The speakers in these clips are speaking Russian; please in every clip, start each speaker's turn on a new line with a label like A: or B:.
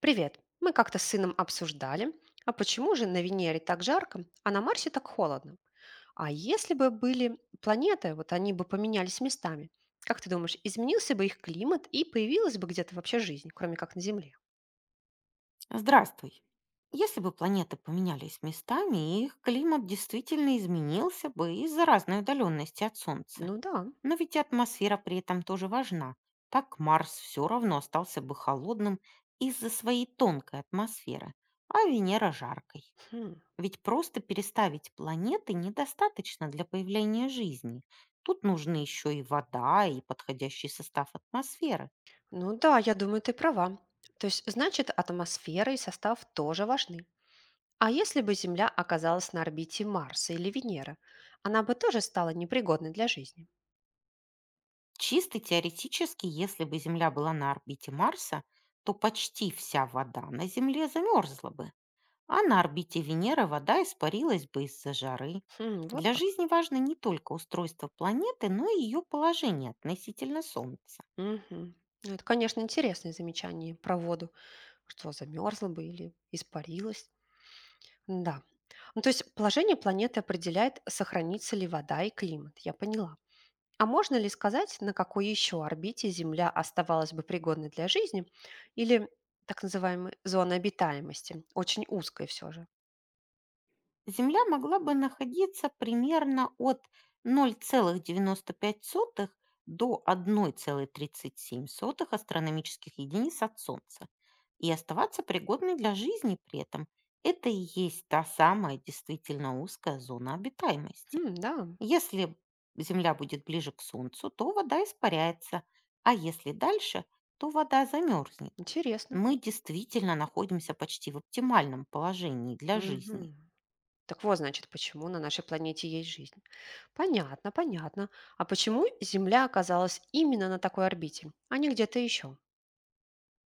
A: Привет. Мы как-то с сыном обсуждали, а почему же на Венере так жарко, а на Марсе так холодно? А если бы были планеты, вот они бы поменялись местами, как ты думаешь, изменился бы их климат и появилась бы где-то вообще жизнь, кроме как на Земле?
B: Здравствуй. Если бы планеты поменялись местами, их климат действительно изменился бы из-за разной удаленности от Солнца.
A: Ну да.
B: Но ведь и атмосфера при этом тоже важна. Так Марс все равно остался бы холодным из-за своей тонкой атмосферы, а Венера жаркой.
A: Хм.
B: Ведь просто переставить планеты недостаточно для появления жизни. Тут нужны еще и вода, и подходящий состав атмосферы.
A: Ну да, я думаю, ты права. То есть, значит, атмосфера и состав тоже важны. А если бы Земля оказалась на орбите Марса или Венеры, она бы тоже стала непригодной для жизни.
B: Чисто теоретически, если бы Земля была на орбите Марса, то почти вся вода на Земле замерзла бы, а на орбите Венеры вода испарилась бы из-за жары.
A: Хм, вот
B: Для
A: как.
B: жизни важно не только устройство планеты, но и ее положение относительно Солнца.
A: Мгм. Ну, это, конечно, интересное замечание про воду, что замерзла бы или испарилась. Да. Ну, то есть положение планеты определяет, сохранится ли вода и климат. Я поняла. А можно ли сказать, на какой еще орбите Земля оставалась бы пригодной для жизни или так называемой зоны обитаемости? Очень узкой все же.
B: Земля могла бы находиться примерно от ноль целых девяносто пять сотых до одной целой тридцати семи сотых астрономических единиц от Солнца и оставаться пригодной для жизни при этом. Это и есть та самая действительно узкая зона обитаемости.
A: Хм, да,
B: Если Земля будет ближе к Солнцу, то вода испаряется, а если дальше, то вода замерзнет.
A: интересно.
B: Мы действительно находимся почти в оптимальном положении для жизни.
A: Мгм. Так вот, значит, почему на нашей планете есть жизнь. Понятно, понятно. А почему Земля оказалась именно на такой орбите, а не где-то еще?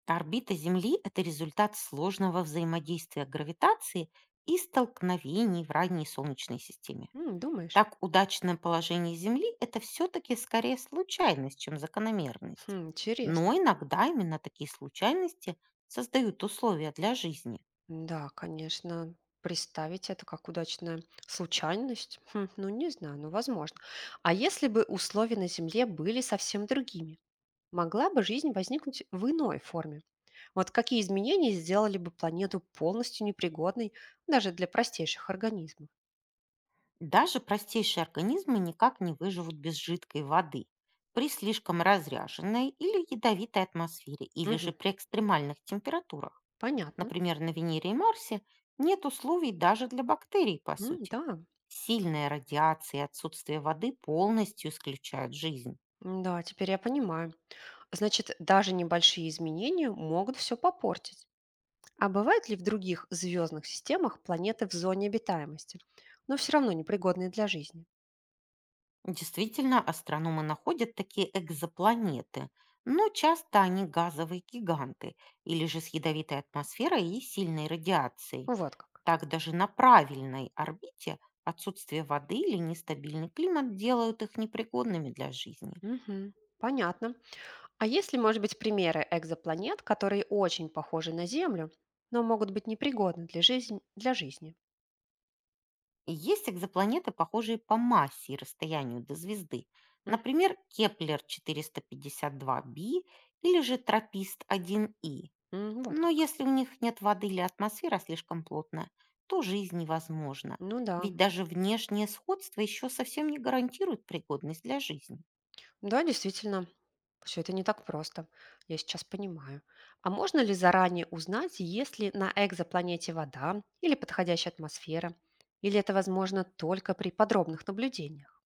B: Орбита Земли– это результат сложного взаимодействия гравитации и столкновений в ранней Солнечной системе.
A: М, думаешь?
B: Так, удачное положение Земли– это все-таки скорее случайность, чем закономерность.
A: Хм, интересно.
B: Но иногда именно такие случайности создают условия для жизни.
A: Да, конечно, представить это как удачная случайность. Хм, ну, не знаю, ну, возможно. А если бы условия на Земле были совсем другими? Могла бы жизнь возникнуть в иной форме? Вот какие изменения сделали бы планету полностью непригодной даже для простейших организмов?
B: Даже простейшие организмы никак не выживут без жидкой воды при слишком разряженной или ядовитой атмосфере, или
A: Мгм,
B: же при экстремальных температурах.
A: понятно.
B: Например, на Венере и Марсе нет условий даже для бактерий, по
A: М,
B: сути.
A: да,
B: Сильная радиация и отсутствие воды полностью исключают жизнь.
A: м, да, теперь я понимаю. Значит, даже небольшие изменения могут все попортить. А бывают ли в других звездных системах планеты в зоне обитаемости, но все равно непригодные для жизни?
B: Действительно, астрономы находят такие экзопланеты, но часто они газовые гиганты или же с ядовитой атмосферой и сильной радиацией.
A: Вот как.
B: Так даже на правильной орбите отсутствие воды или нестабильный климат делают их непригодными для жизни.
A: Мгм, понятно. А есть ли, может быть, примеры экзопланет, которые очень похожи на Землю, но могут быть непригодны для жизни? Для жизни?
B: И есть экзопланеты, похожие по массе и расстоянию до звезды.
A: Мгм.
B: Например, Кеплер-452b или же Тропист-1и.
A: М, вот
B: Но
A: как.
B: если у них нет воды или атмосфера слишком плотная, то жизнь невозможна.
A: Ну да,
B: Ведь даже внешнее сходство еще совсем не гарантирует пригодность для жизни.
A: да, действительно, все это не так просто. Я сейчас понимаю. А можно ли заранее узнать, есть ли на экзопланете вода или подходящая атмосфера? Или это возможно только при подробных наблюдениях?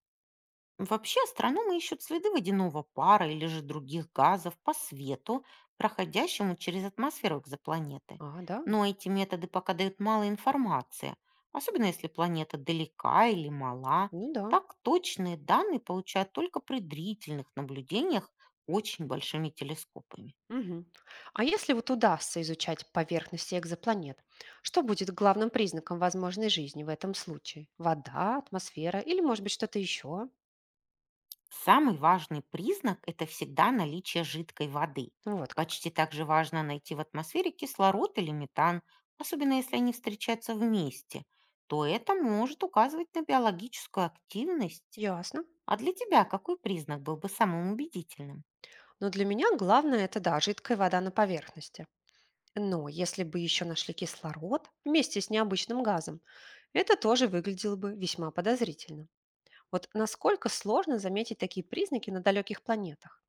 B: Вообще астрономы ищут следы водяного пара или же других газов по свету, проходящему через атмосферу экзопланеты.
A: А, да?
B: Но эти методы пока дают мало информации, особенно если планета далека или мала.
A: Ну да.
B: Так точные данные получают только при длительных наблюдениях очень большими телескопами.
A: Мгм. А если вот удастся изучать поверхности экзопланет, что будет главным признаком возможной жизни в этом случае? Вода, атмосфера или, может быть, что-то еще?
B: Самый важный признак– это всегда наличие жидкой воды.
A: Вот как.
B: Почти так же важно найти в атмосфере кислород или метан, особенно если они встречаются вместе. То это может указывать на биологическую активность.
A: Ясно.
B: А для тебя какой признак был бы самым убедительным?
A: Но для меня главное– это, да, жидкая вода на поверхности. Но если бы еще нашли кислород вместе с необычным газом, это тоже выглядело бы весьма подозрительно. Вот насколько сложно заметить такие признаки на далеких планетах?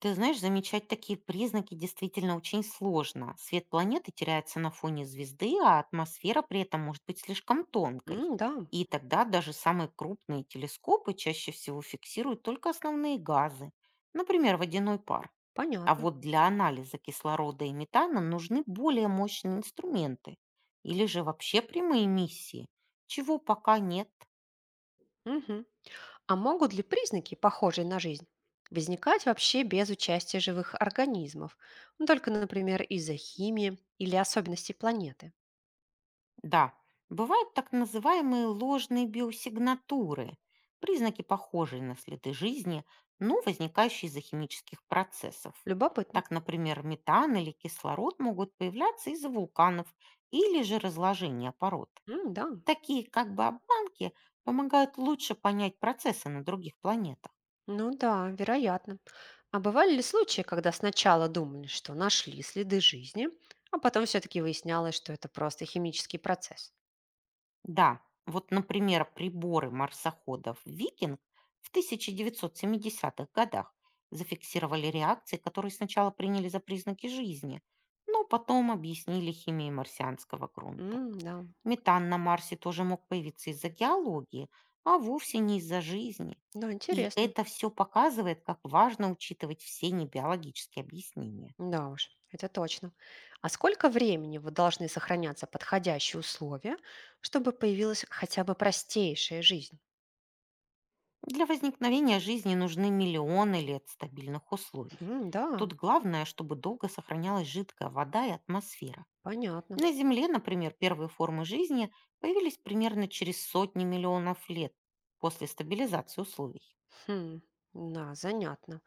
B: Ты знаешь, замечать такие признаки действительно очень сложно. Свет планеты теряется на фоне звезды, а атмосфера при этом может быть слишком тонкой.
A: М, да,
B: И тогда даже самые крупные телескопы чаще всего фиксируют только основные газы, например, водяной пар. А
A: понятно.
B: вот для анализа кислорода и метана нужны более мощные инструменты или же вообще прямые миссии, чего пока нет.
A: Мгм. А могут ли признаки, похожие на жизнь, возникать вообще без участия живых организмов? Ну, только, например, из-за химии или особенностей планеты?
B: Да, бывают так называемые ложные биосигнатуры, признаки, похожие на следы жизни, но возникающие из-за химических процессов.
A: Любопытно.
B: Так, например, метан или кислород могут появляться из-за вулканов или же разложения пород.
A: М, да.
B: Такие как бы обманки помогают лучше понять процессы на других планетах.
A: Ну да, вероятно. А бывали ли случаи, когда сначала думали, что нашли следы жизни, а потом все-таки выяснялось, что это просто химический процесс?
B: Да, вот, например, приборы марсоходов «Викинг» в тысяча девятьсот х годах зафиксировали реакции, которые сначала приняли за признаки жизни, но потом объяснили химией марсианского грунта.
A: М, да,
B: Метан на Марсе тоже мог появиться из-за геологии, а вовсе не из-за жизни.
A: да,
B: И
A: интересно.
B: это все показывает, как важно учитывать все небиологические объяснения.
A: Да уж, это точно. А сколько времени вы должны сохраняться подходящие условия, чтобы появилась хотя бы простейшая жизнь?
B: Для возникновения жизни нужны миллионы лет стабильных условий.
A: М, да,
B: Тут главное, чтобы долго сохранялась жидкая вода и атмосфера.
A: понятно.
B: На Земле, например, первые формы жизни появились примерно через сотни миллионов лет после стабилизации условий.
A: Хм, да, занятно.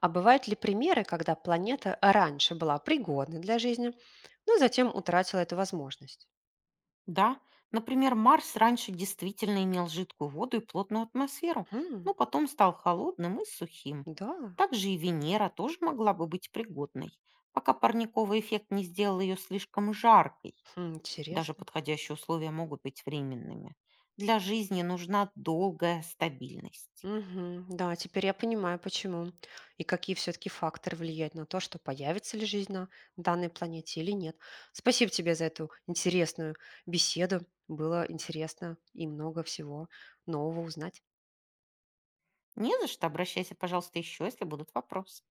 A: А бывают ли примеры, когда планета раньше была пригодной для жизни, но затем утратила эту возможность?
B: Да, например, Марс раньше действительно имел жидкую воду и плотную атмосферу,
A: Хм,
B: но потом стал холодным и сухим.
A: да,
B: Также и Венера тоже могла бы быть пригодной, пока парниковый эффект не сделал ее слишком жаркой.
A: хм,
B: Даже
A: интересно.
B: подходящие условия могут быть временными. Для жизни нужна долгая стабильность.
A: Мгм, да, теперь я понимаю, почему и какие все-таки факторы влияют на то, что появится ли жизнь на данной планете или нет. Спасибо тебе за эту интересную беседу. Было интересно и много всего нового узнать.
B: Не за что, обращайся, пожалуйста, еще, если будут вопросы.